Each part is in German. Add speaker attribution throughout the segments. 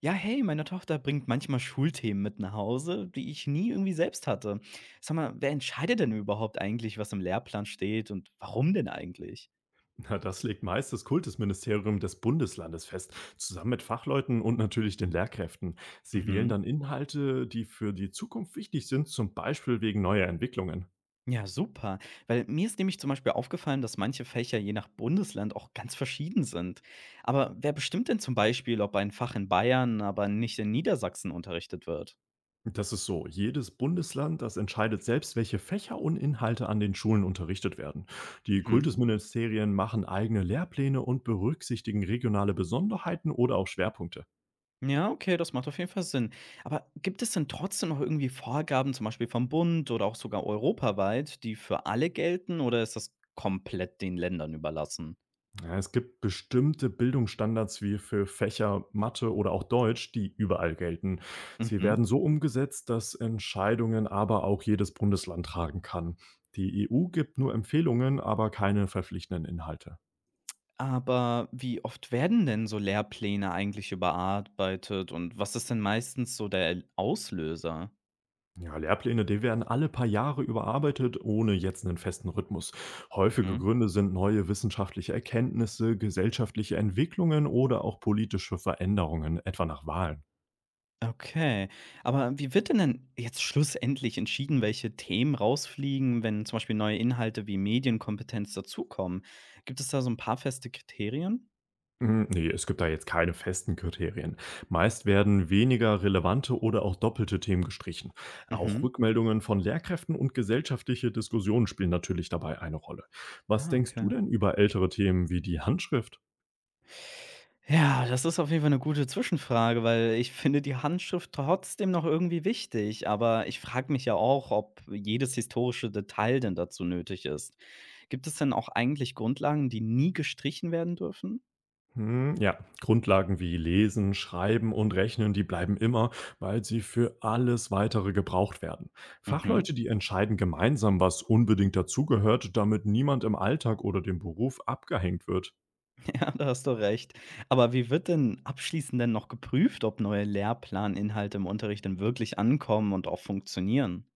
Speaker 1: Ja, hey, meine Tochter bringt manchmal Schulthemen mit nach Hause, die ich nie irgendwie selbst hatte. Sag mal, wer entscheidet denn überhaupt eigentlich, was im Lehrplan steht und warum denn eigentlich?
Speaker 2: Na, das legt meist das Kultusministerium des Bundeslandes fest, zusammen mit Fachleuten und natürlich den Lehrkräften. Sie wählen
Speaker 1: Mhm.
Speaker 2: dann Inhalte, die für die Zukunft wichtig sind, zum Beispiel wegen neuer Entwicklungen.
Speaker 1: Ja, super. Weil mir ist nämlich zum Beispiel aufgefallen, dass manche Fächer je nach Bundesland auch ganz verschieden sind. Aber wer bestimmt denn zum Beispiel, ob ein Fach in Bayern, aber nicht in Niedersachsen unterrichtet wird?
Speaker 2: Das ist so, jedes Bundesland, das entscheidet selbst, welche Fächer und Inhalte an den Schulen unterrichtet werden. Die
Speaker 1: Mhm.
Speaker 2: Kultusministerien machen eigene Lehrpläne und berücksichtigen regionale Besonderheiten oder auch Schwerpunkte.
Speaker 1: Ja, okay, das macht auf jeden Fall Sinn. Aber gibt es denn trotzdem noch irgendwie Vorgaben, zum Beispiel vom Bund oder auch sogar europaweit, die für alle gelten oder ist das komplett den Ländern überlassen?
Speaker 2: Ja, es gibt bestimmte Bildungsstandards wie für Fächer Mathe oder auch Deutsch, die überall gelten. Sie
Speaker 1: Mhm.
Speaker 2: werden so umgesetzt, dass Entscheidungen aber auch jedes Bundesland tragen kann. Die EU gibt nur Empfehlungen, aber keine verpflichtenden Inhalte.
Speaker 1: Aber wie oft werden denn so Lehrpläne eigentlich überarbeitet und was ist denn meistens so der Auslöser?
Speaker 2: Ja, Lehrpläne, die werden alle paar Jahre überarbeitet, ohne jetzt einen festen Rhythmus. Häufige
Speaker 1: Mhm.
Speaker 2: Gründe sind neue wissenschaftliche Erkenntnisse, gesellschaftliche Entwicklungen oder auch politische Veränderungen, etwa nach Wahlen.
Speaker 1: Okay, aber wie wird denn jetzt schlussendlich entschieden, welche Themen rausfliegen, wenn zum Beispiel neue Inhalte wie Medienkompetenz dazukommen? Gibt es da so ein paar feste Kriterien?
Speaker 2: Hm, ne, es gibt da jetzt keine festen Kriterien. Meist werden weniger relevante oder auch doppelte Themen gestrichen. Auch
Speaker 1: Mhm.
Speaker 2: Rückmeldungen von Lehrkräften und gesellschaftliche Diskussionen spielen natürlich dabei eine Rolle. Was
Speaker 1: Ah,
Speaker 2: denkst du
Speaker 1: okay.
Speaker 2: denn über ältere Themen wie die Handschrift?
Speaker 1: Ja, das ist auf jeden Fall eine gute Zwischenfrage, weil ich finde die Handschrift trotzdem noch irgendwie wichtig, aber ich frage mich ja auch, ob jedes historische Detail denn dazu nötig ist. Gibt es denn auch eigentlich Grundlagen, die nie gestrichen werden dürfen?
Speaker 2: Hm, ja, Grundlagen wie Lesen, Schreiben und Rechnen, die bleiben immer, weil sie für alles weitere gebraucht werden.
Speaker 1: Mhm.
Speaker 2: Fachleute, die entscheiden gemeinsam, was unbedingt dazugehört, damit niemand im Alltag oder dem Beruf abgehängt wird.
Speaker 1: Ja, da hast du recht. Aber wie wird denn abschließend denn noch geprüft, ob neue Lehrplaninhalte im Unterricht denn wirklich ankommen und auch funktionieren?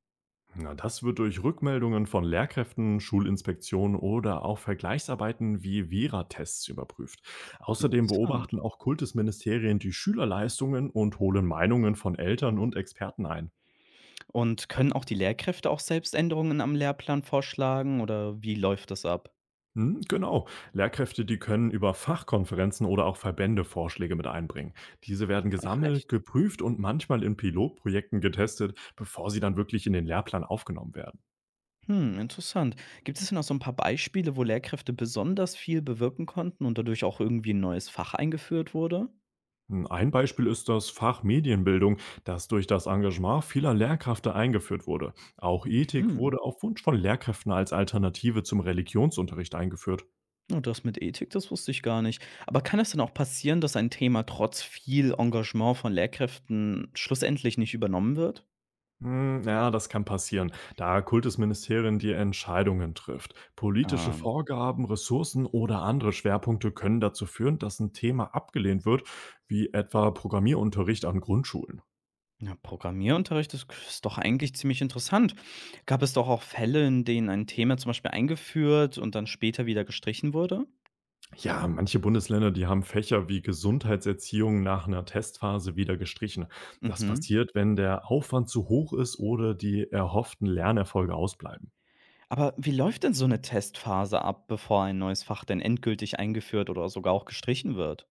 Speaker 2: Na, das wird durch Rückmeldungen von Lehrkräften, Schulinspektionen oder auch Vergleichsarbeiten wie Vera-Tests überprüft. Außerdem
Speaker 1: Interessant.
Speaker 2: beobachten auch Kultusministerien die Schülerleistungen und holen Meinungen von Eltern und Experten ein.
Speaker 1: Und können auch die Lehrkräfte auch selbst Änderungen am Lehrplan vorschlagen oder wie läuft das ab?
Speaker 2: Hm, genau, Lehrkräfte, die können über Fachkonferenzen oder auch Verbände Vorschläge mit einbringen. Diese werden
Speaker 1: Ach echt?
Speaker 2: gesammelt, geprüft und manchmal in Pilotprojekten getestet, bevor sie dann wirklich in den Lehrplan aufgenommen werden.
Speaker 1: Hm, interessant. Gibt es denn auch so ein paar Beispiele, wo Lehrkräfte besonders viel bewirken konnten und dadurch auch irgendwie ein neues Fach eingeführt wurde?
Speaker 2: Hm, ein Beispiel ist das Fach Medienbildung, das durch das Engagement vieler Lehrkräfte eingeführt wurde. Auch Ethik
Speaker 1: Mhm.
Speaker 2: wurde auf Wunsch von Lehrkräften als Alternative zum Religionsunterricht eingeführt.
Speaker 1: Oh, das mit Ethik, das wusste ich gar nicht. Aber kann es denn auch passieren, dass ein Thema trotz viel Engagement von Lehrkräften schlussendlich nicht übernommen wird?
Speaker 2: Hm, ja, das kann passieren, da Kultusministerien die Entscheidungen trifft. Politische
Speaker 1: Ah.
Speaker 2: Vorgaben, Ressourcen oder andere Schwerpunkte können dazu führen, dass ein Thema abgelehnt wird, wie etwa Programmierunterricht an Grundschulen.
Speaker 1: Na, Programmierunterricht ist doch eigentlich ziemlich interessant. Gab es doch auch Fälle, in denen ein Thema zum Beispiel eingeführt und dann später wieder gestrichen wurde?
Speaker 2: Ja, manche Bundesländer, die haben Fächer wie Gesundheitserziehung nach einer Testphase wieder gestrichen. Das
Speaker 1: Mhm.
Speaker 2: passiert, wenn der Aufwand zu hoch ist oder die erhofften Lernerfolge ausbleiben.
Speaker 1: Aber wie läuft denn so eine Testphase ab, bevor ein neues Fach denn endgültig eingeführt oder sogar auch gestrichen wird?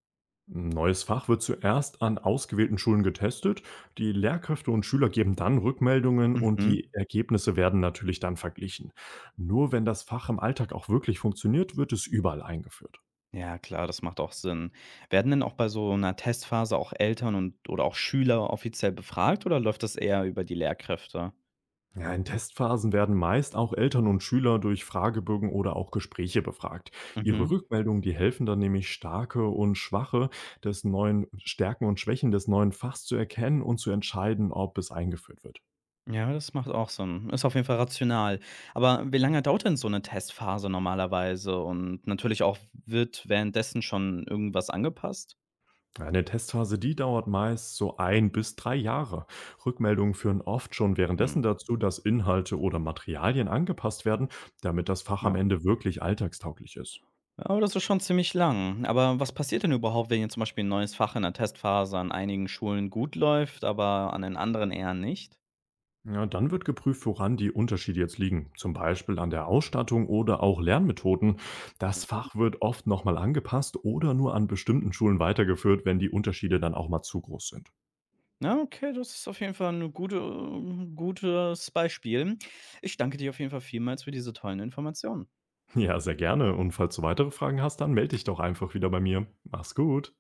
Speaker 2: Ein neues Fach wird zuerst an ausgewählten Schulen getestet. Die Lehrkräfte und Schüler geben dann Rückmeldungen und
Speaker 1: Mhm.
Speaker 2: die Ergebnisse werden natürlich dann verglichen. Nur wenn das Fach im Alltag auch wirklich funktioniert, wird es überall eingeführt.
Speaker 1: Ja klar, das macht auch Sinn. Werden denn auch bei so einer Testphase auch Eltern und oder auch Schüler offiziell befragt oder läuft das eher über die Lehrkräfte?
Speaker 2: Ja, in Testphasen werden meist auch Eltern und Schüler durch Fragebögen oder auch Gespräche befragt. Ihre
Speaker 1: Mhm.
Speaker 2: Rückmeldungen, die helfen dann nämlich starke und schwache des neuen Stärken und Schwächen des neuen Fachs zu erkennen und zu entscheiden, ob es eingeführt wird.
Speaker 1: Ja, das macht auch Sinn. Ist auf jeden Fall rational. Aber wie lange dauert denn so eine Testphase normalerweise? Und natürlich auch, wird währenddessen schon irgendwas angepasst?
Speaker 2: Eine Testphase, die dauert meist so ein bis 3 Jahre. Rückmeldungen führen oft schon
Speaker 1: Mhm,
Speaker 2: währenddessen dazu, dass Inhalte oder Materialien angepasst werden, damit das Fach am
Speaker 1: ja.
Speaker 2: Ende wirklich alltagstauglich ist.
Speaker 1: Ja, aber das ist schon ziemlich lang. Aber was passiert denn überhaupt, wenn jetzt zum Beispiel ein neues Fach in der Testphase an einigen Schulen gut läuft, aber an den anderen eher nicht?
Speaker 2: Ja, dann wird geprüft, woran die Unterschiede jetzt liegen. Zum Beispiel an der Ausstattung oder auch Lernmethoden. Das
Speaker 1: Hm.
Speaker 2: Fach wird oft nochmal angepasst oder nur an bestimmten Schulen weitergeführt, wenn die Unterschiede dann auch mal zu groß sind.
Speaker 1: Ja, okay, das ist auf jeden Fall ein gutes Beispiel. Ich danke dir auf jeden Fall vielmals für diese tollen Informationen.
Speaker 2: Ja, sehr gerne. Und falls du weitere Fragen hast, dann melde dich doch einfach wieder bei mir. Mach's gut.